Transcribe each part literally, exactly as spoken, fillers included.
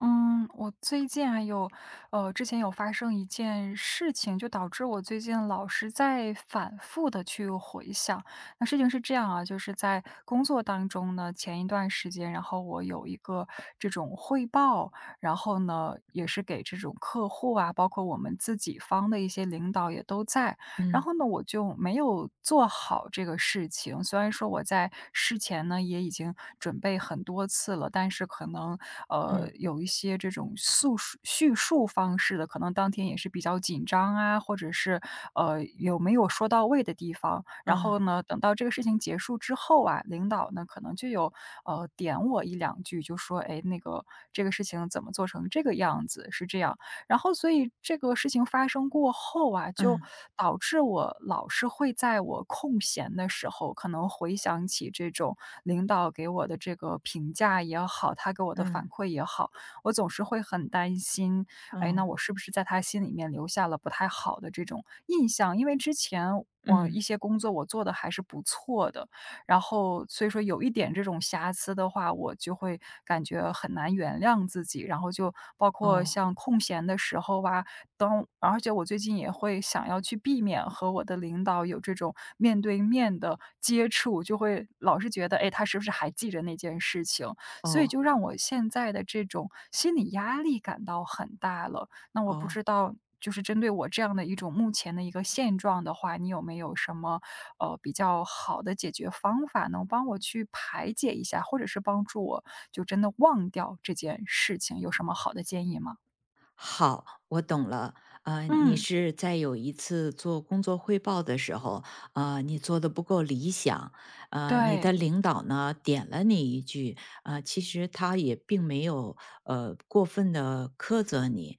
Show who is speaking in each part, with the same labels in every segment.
Speaker 1: 嗯，我最近还有，呃，之前有发生一件事情，就导致我最近老是在反复的去回想。那事情是这样啊，就是在工作当中呢，前一段时间，然后我有一个这种汇报，然后呢，也是给这种客户啊，包括我们自己方的一些领导也都在。然
Speaker 2: 嗯
Speaker 1: 后呢，我就没有做好这个事情。虽然说我在事前呢也已经准备很多次了，但是可能呃
Speaker 2: 嗯
Speaker 1: 有一些这种诉说叙述方式的，可能当天也是比较紧张啊，或者是呃有没有说到位的地方。然
Speaker 2: 嗯
Speaker 1: 后呢，等到这个事情结束之后啊，领导呢可能就有呃点我一两句，就说哎那个这个事情怎么做成这个样子，是这样。然后所以这个事情发生过后啊，就
Speaker 2: 嗯
Speaker 1: 导致我老是会在我空闲的时候，可能回想起这种领导给我的这个评价也好，他给我的反
Speaker 2: 嗯，
Speaker 1: 馈也好，我总是会很担心，哎，那
Speaker 2: 哦，
Speaker 1: 我是不是在他心里面留下了不太好的这种印象？因为之前我一
Speaker 2: 嗯，
Speaker 1: 些工作我做的还是不错的，然后所以说有一点这种瑕疵的话，我就会感觉很难原谅自己。然后就包
Speaker 2: 哦
Speaker 1: 括像空闲的时候啊，当而且我最近也会想要去避免和我的领导有这种面对面的接触，就会老是觉得，哎，他是不是还记着那件事情？所以
Speaker 2: 哦
Speaker 1: 就让我现在的这种心理压力感到很大了。那我不
Speaker 2: 哦。
Speaker 1: 知道，就是针对我这样的一种目前的一个现状的话，你有没有什么呃比较好的解决方法，能帮我去排解一下，或者是帮助我就真的忘掉这件事情，有什么好的建议吗？
Speaker 2: 好，我懂了。呃，你
Speaker 1: 嗯，
Speaker 2: 是在有一次做工作汇报的时候，呃，你做的不够理想，呃，你的
Speaker 1: 对，
Speaker 2: 领导呢点了你一句，呃，其实他也并没有呃过分的苛责你，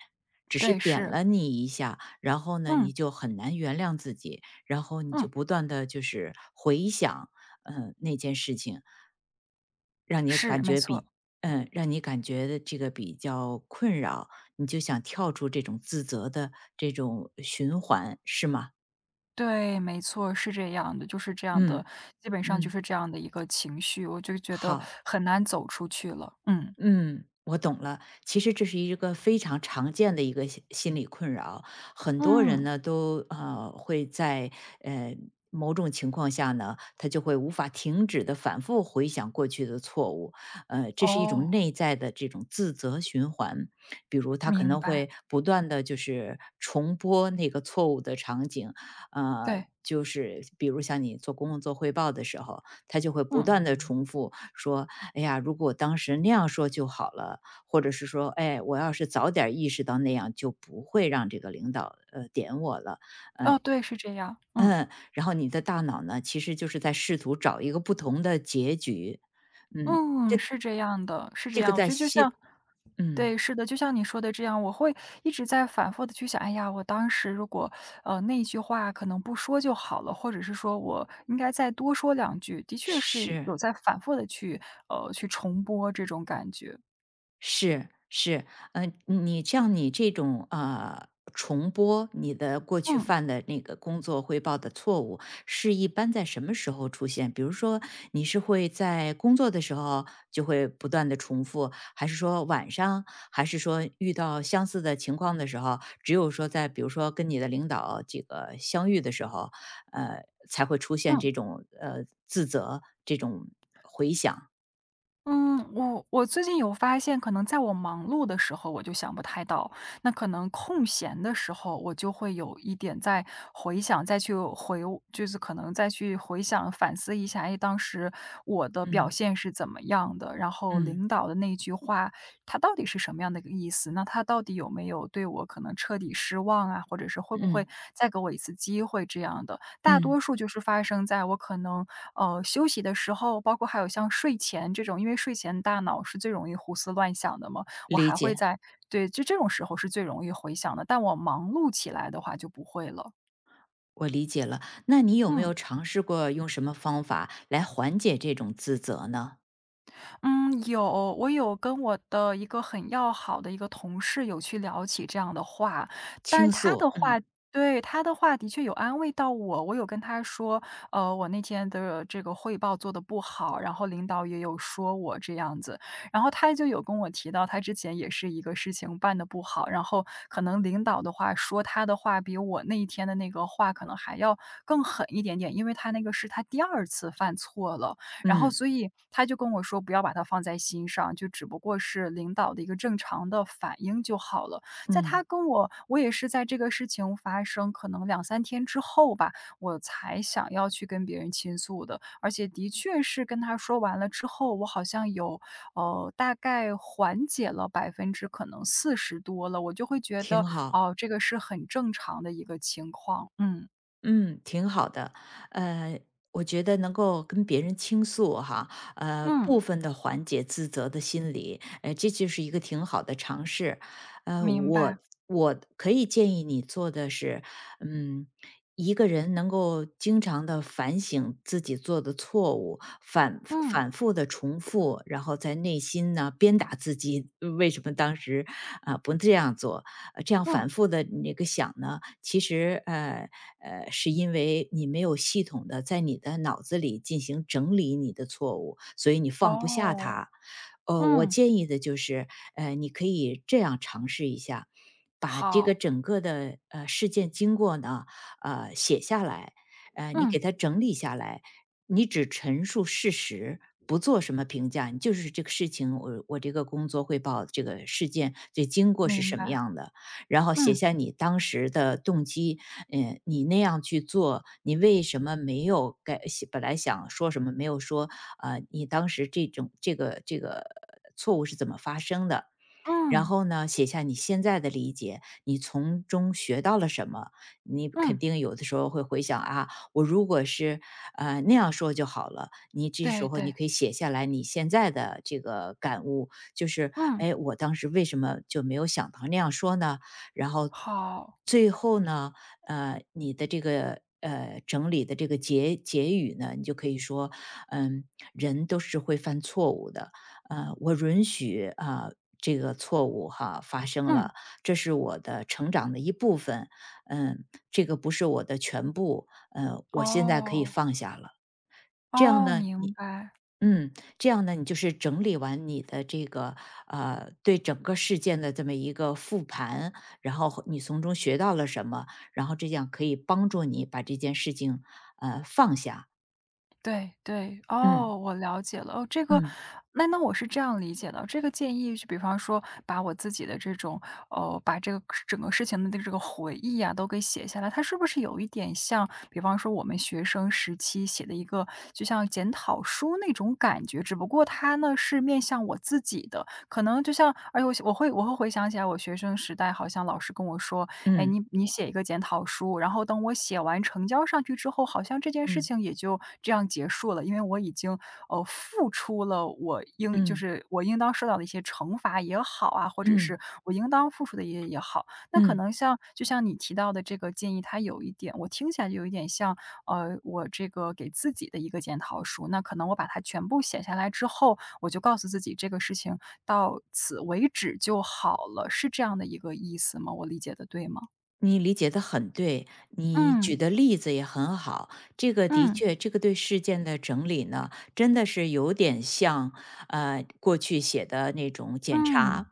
Speaker 2: 只是
Speaker 1: 对，
Speaker 2: 点
Speaker 1: 是，
Speaker 2: 了你一下，然后呢你
Speaker 1: 嗯
Speaker 2: 就很难原谅自己，然后你就
Speaker 1: 嗯，
Speaker 2: 不断的就是回想，嗯、那件事情，让你
Speaker 1: 是，
Speaker 2: 感
Speaker 1: 没
Speaker 2: 觉
Speaker 1: 错。
Speaker 2: 比嗯让你感觉的这个比较困扰。你就想跳出这种自责的这种呃循环，是吗？
Speaker 1: 对，没错，是这样的，就是这样的，
Speaker 2: 嗯
Speaker 1: 基本上就
Speaker 2: 嗯，
Speaker 1: 是这样的一个情绪，我就觉得
Speaker 2: 好。
Speaker 1: 很难走出去了。嗯
Speaker 2: 嗯，我懂了。其实这是一个非常常见的一个心心理困扰，很多人
Speaker 1: 嗯，
Speaker 2: 呢都呃会在呃某种情况下呢，他就会无法停止的反复回想过去的错误，呃，这是一种
Speaker 1: 哦，
Speaker 2: 内在的这种自责循环。比如他可
Speaker 1: 明
Speaker 2: 能
Speaker 1: 白，
Speaker 2: 会不断的就是重播那个错误的场景。呃。
Speaker 1: 对，
Speaker 2: 就是比如像你做工作汇报的时候，他就会不
Speaker 1: 嗯。
Speaker 2: 断的重复说哎呀，如果我当时那样说就好了，或者是说，哎，我要是早点意识到那样，就不会让这个领导呃点我了。
Speaker 1: 哦，对，是这样，嗯，
Speaker 2: 然后你的大脑呢，其实就是在试图找一个不同的结局，嗯，
Speaker 1: 嗯，是这样的，是这
Speaker 2: 这个
Speaker 1: 样。我
Speaker 2: 在
Speaker 1: 觉得就
Speaker 2: 心，
Speaker 1: 像
Speaker 2: 嗯，
Speaker 1: 对，是的，就像你说的这样，我会一直在反复的去想，哎呀，我当时如果，呃，那一句话可能不说就好了，或者是说我应该再多说两句，的确是有
Speaker 2: 是。
Speaker 1: 在反复的去，呃，去重播这种感觉，
Speaker 2: 是是，嗯，你像你这种呃重播你的过去
Speaker 1: 嗯，
Speaker 2: 犯的那个工作汇报的错误，是一般在什么时候出现？比如说，你是会在工作的时候就会不断的重复，还是说晚上，还是说遇到相似的情况的时候，只有说在比如说跟你的领导这个相遇的时候，呃，才会出现
Speaker 1: 嗯。
Speaker 2: 这种呃自责这种，
Speaker 1: 嗯，我我最近有发现，可能在我忙碌的时候，我就想不太到；那可能空闲的时候，我就会有一点在回想，再去回，就是可能再去回想、反思一下，哎，当时我的表
Speaker 2: 嗯
Speaker 1: 现是怎么样的？然后
Speaker 2: 嗯
Speaker 1: 领导的那句话，他到底是什么样的一个意思？那他到底有没有对我可能彻底失望啊？或者是会不会
Speaker 2: 嗯
Speaker 1: 再给我一次机会这样的？大
Speaker 2: 嗯，
Speaker 1: 多数就是发生在我可能呃，休息的时候，包括还有像睡前这种，因为睡前大脑是最容易胡思乱想的嘛，我
Speaker 2: 理
Speaker 1: 还会
Speaker 2: 解。
Speaker 1: 在对，就这种时候是最容易回想的，但我忙碌起来的话就不会了。
Speaker 2: 我理解了，那你有没
Speaker 1: 嗯。
Speaker 2: 有尝试过用什么方法来缓解这种自责呢？
Speaker 1: 嗯，有，我有跟我的一个很要好的一个同事有去聊起这样的话，但是
Speaker 2: 倾
Speaker 1: 他的
Speaker 2: 诉，
Speaker 1: 话
Speaker 2: 嗯
Speaker 1: 对，他的话的确有安慰到我。我有跟他说，呃，我那天的这个汇报做得不好，然后领导也有说我这样子。然后他就有跟我提到，他之前也是一个事情办得不好，然后可能领导的话说他的话比我那一天的那个话可能还要更狠一点点，因为他那个是他第二次犯错了。然后
Speaker 2: 嗯
Speaker 1: 所以他就跟我说不要把它放在心上，就只不过是领导的一个正常的反应就好了。在他
Speaker 2: 嗯，
Speaker 1: 跟我我也是在这个事情发生可能两三天之后吧，我才想要去跟别人倾诉的，而且的确是跟他说完了之后，我好像有，呃，大概缓解了百分之可能四十多了，我就会觉
Speaker 2: 挺
Speaker 1: 得，
Speaker 2: 好。
Speaker 1: 哦，这个是很正常的一个情况。嗯，
Speaker 2: 嗯，挺好的。呃，我觉得能够跟别人倾诉哈，呃，部
Speaker 1: 嗯，
Speaker 2: 分的缓解自责的心理，呃，这就是一个挺好的尝试。呃，
Speaker 1: 明
Speaker 2: 我
Speaker 1: 白，
Speaker 2: 我可以建议你做的是，嗯，一个人能够经常的反省自己做的错误，反
Speaker 1: 嗯，
Speaker 2: 反复的重复，然后在内心呢鞭打自己，呃为什么当时啊、不这样做？呃这样
Speaker 1: 嗯，
Speaker 2: 反复的那个想呢，其实呃呃，是因为你没有系统的在你的脑子里进行整理你的错误，所以你放不下
Speaker 1: 哦，
Speaker 2: 它。呃，我
Speaker 1: 嗯。
Speaker 2: 建议的就是，呃，你可以这样尝试一下，把这个
Speaker 1: 好，
Speaker 2: 整个的呃事件经过呢，呃，写下来，呃，你
Speaker 1: 嗯，
Speaker 2: 给它整理下来，你只陈述事实，不做什么评价，你就是这个事情，我我这个工作汇报这个事件这经过是
Speaker 1: 明
Speaker 2: 什么
Speaker 1: 白，
Speaker 2: 样的，然后写
Speaker 1: 嗯，
Speaker 2: 下你当时的动机，嗯，你那样去做，你为什么没有该本来想说什么没有说，呃，你当时这种这个这个错误是怎么发生的？然
Speaker 1: 嗯，
Speaker 2: 后呢，写下你现在的理解，你从中学到了什么？你肯
Speaker 1: 嗯，
Speaker 2: 定有的时候会回想啊，我如果是呃那样说就好了。你这时
Speaker 1: 对
Speaker 2: 候你
Speaker 1: 对，
Speaker 2: 可以写下来你现在的这个感悟，就是
Speaker 1: 嗯，
Speaker 2: 哎，我当时为什么就没有想到那样说呢？然后
Speaker 1: 好，
Speaker 2: 最后呢，呃，你的这个呃整理的这个结结语呢，你就可以说，嗯，人都是会犯错误的，呃，我允许啊、这个错误哈发生
Speaker 1: 嗯，
Speaker 2: 了，这是我的成长的一部分，嗯，这个不是我的全部，呃，我现在可以
Speaker 1: 哦，
Speaker 2: 放下了。这样
Speaker 1: 哦，
Speaker 2: 呢，
Speaker 1: 明
Speaker 2: 你
Speaker 1: 白。
Speaker 2: 嗯，这样呢，你就是整理完你的这个呃对整个事件的这么一个复盘，然后你从中学到了什么，然后这样可以帮助你把这件事情呃放下。
Speaker 1: 对对，
Speaker 2: 嗯
Speaker 1: 哦，我了解了。哦，这个
Speaker 2: 嗯
Speaker 1: 那那我是这样理解的，这个建议就比方说把我自己的这种，呃，把这个整个事情的这个回忆啊都给写下来，它是不是有一点像，比方说我们学生时期写的一个就像检讨书那种感觉，只不过它呢是面向我自己的，可能就像，哎呦，我会我会回想起来，我学生时代好像老师跟我说，哎，
Speaker 2: 嗯
Speaker 1: 你你写一个检讨书，然后等我写完成交上去之后，好像这件事
Speaker 2: 嗯
Speaker 1: 情也就这样结束了，因为我已经呃付出了我应就
Speaker 2: 嗯
Speaker 1: 是我应当受到的一些惩罚也好啊，或者
Speaker 2: 嗯
Speaker 1: 是我应当付出的也也好，那可
Speaker 2: 嗯。
Speaker 1: 能像就像你提到的这个建议，它有一点我听起来就有一点像呃我这个给自己的一个检讨书，那可能我把它全部写下来之后，我就告诉自己这个事情到此为止就好了，是这样的一个意思吗？我理解的对吗？
Speaker 2: 你理解的很对，你
Speaker 1: 嗯，
Speaker 2: 举的例子也很好。这个的
Speaker 1: 嗯，
Speaker 2: 确，这个对事件的整理呢，真的是有点像呃过去写的那种检
Speaker 1: 嗯，
Speaker 2: 查，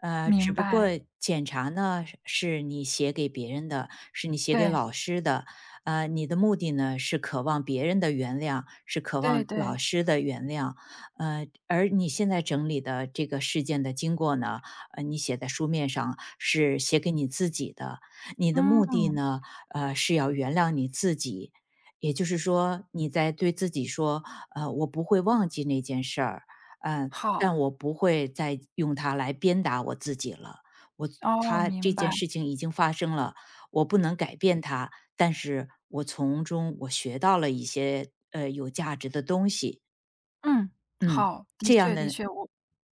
Speaker 2: 呃，只
Speaker 1: 明
Speaker 2: 不过
Speaker 1: 白，
Speaker 2: 检查呢是你写给别人的，是你写给
Speaker 1: 对，
Speaker 2: 老师的，呃，你的目的呢是渴望别人的原谅，是渴
Speaker 1: 对
Speaker 2: 望
Speaker 1: 对，
Speaker 2: 老师的原谅，呃，而你现在整理的这个事件的经过呢，呃，你写在书面上是写给你自己的，你的目的
Speaker 1: 嗯，
Speaker 2: 呢，呃，是要原谅你自己，也就是说，你在对自己说，呃，我不会忘记那件事儿，呃，
Speaker 1: 好，
Speaker 2: 但我不会再用它来鞭打我自己了。我
Speaker 1: 哦，
Speaker 2: 他这
Speaker 1: 明
Speaker 2: 件
Speaker 1: 白，
Speaker 2: 事情已经发生了，我不能改变它，但是我从中我学到了一些呃有价值的东西。
Speaker 1: 嗯，
Speaker 2: 嗯，
Speaker 1: 好，的
Speaker 2: 这样
Speaker 1: 确的
Speaker 2: 的，
Speaker 1: 确，我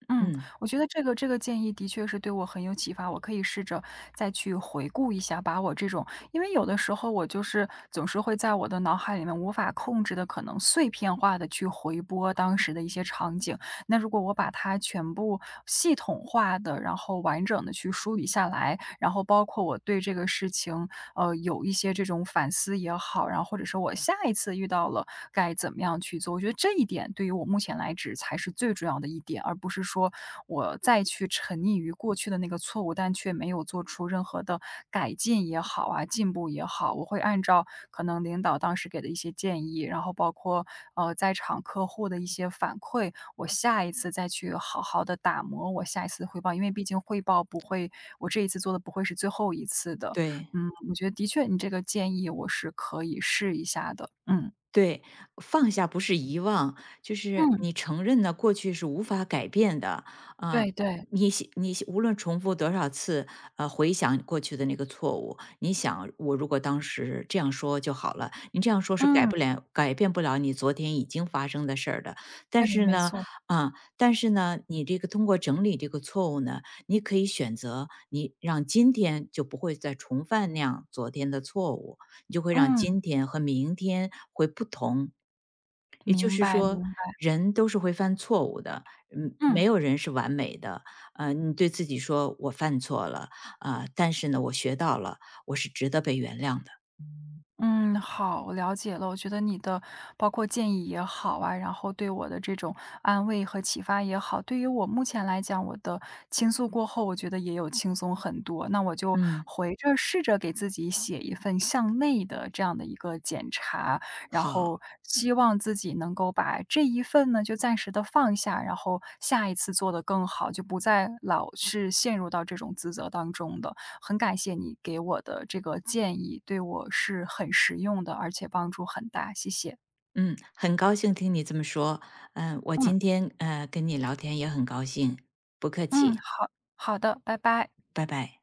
Speaker 1: 嗯，
Speaker 2: 嗯，
Speaker 1: 我觉得这个这个建议的确是对我很有启发，我可以试着再去回顾一下，把我这种因为有的时候我就是总是会在我的脑海里面无法控制的，可能碎片化的去回播当时的一些场景。那如果我把它全部系统化的，然后完整的去梳理下来，然后包括我对这个事情呃，有一些这种反思也好，然后或者说我下一次遇到了该怎么样去做，我觉得这一点对于我目前来指才是最重要的一点，而不是说我再去沉溺于过去的那个错误，但却没有做出任何的改进也好啊，进步也好，我会按照可能领导当时给的一些建议，然后包括呃在场客户的一些反馈，我下一次再去好好的打磨我下一次的汇报，因为毕竟汇报不会，我这一次做的不会是最后一次的，
Speaker 2: 对。
Speaker 1: 嗯，我觉得的确你这个建议我是可以试一下的，嗯。
Speaker 2: 对，放下不是遗忘，就是
Speaker 1: 嗯。
Speaker 2: 你承认呢，过去是无法改变的。啊、
Speaker 1: 对对，
Speaker 2: 你想你想无论重复多少次，呃，回想过去的那个错误，你想我如果当时这样说就好了，你这样说是改
Speaker 1: 嗯，
Speaker 2: 不了、改变不了你昨天已经发生的事儿的。但
Speaker 1: 对，
Speaker 2: 是
Speaker 1: 没
Speaker 2: 呢，
Speaker 1: 错，
Speaker 2: 啊、但是呢，你这个通过整理这个错误呢，你可以选择你让今天就不会再重犯那样昨天的错误。你就会让
Speaker 1: 嗯，
Speaker 2: 今天和明天会不同。也就
Speaker 1: 明
Speaker 2: 是
Speaker 1: 白明
Speaker 2: 说，
Speaker 1: 白，
Speaker 2: 人都是会犯错误的，嗯，没
Speaker 1: 嗯。
Speaker 2: 有人是完美的。呃，你对自己说我犯错了啊、但是呢，我学到了，我是值得被原谅的。
Speaker 1: 嗯，好，我了解了。我觉得你的包括建议也好啊，然后对我的这种安慰和启发也好，对于我目前来讲，我的倾诉过后，我觉得也有轻松很多。那我就
Speaker 2: 嗯，
Speaker 1: 回着试着给自己写一份向内的这样的一个检查，然
Speaker 2: 好，
Speaker 1: 后希望自己能够把这一份呢就暂时的放下，然后下一次做得更好，就不再老是陷入到这种自责当中的。很感谢你给我的这个建议，对我是很实用的，而且帮助很大，谢谢。
Speaker 2: 嗯，很高兴听你这么说。嗯、我
Speaker 1: 嗯
Speaker 2: 今天呃跟你聊天也很高兴，不客
Speaker 1: 嗯，
Speaker 2: 气，
Speaker 1: 好好的，拜拜。
Speaker 2: 拜拜。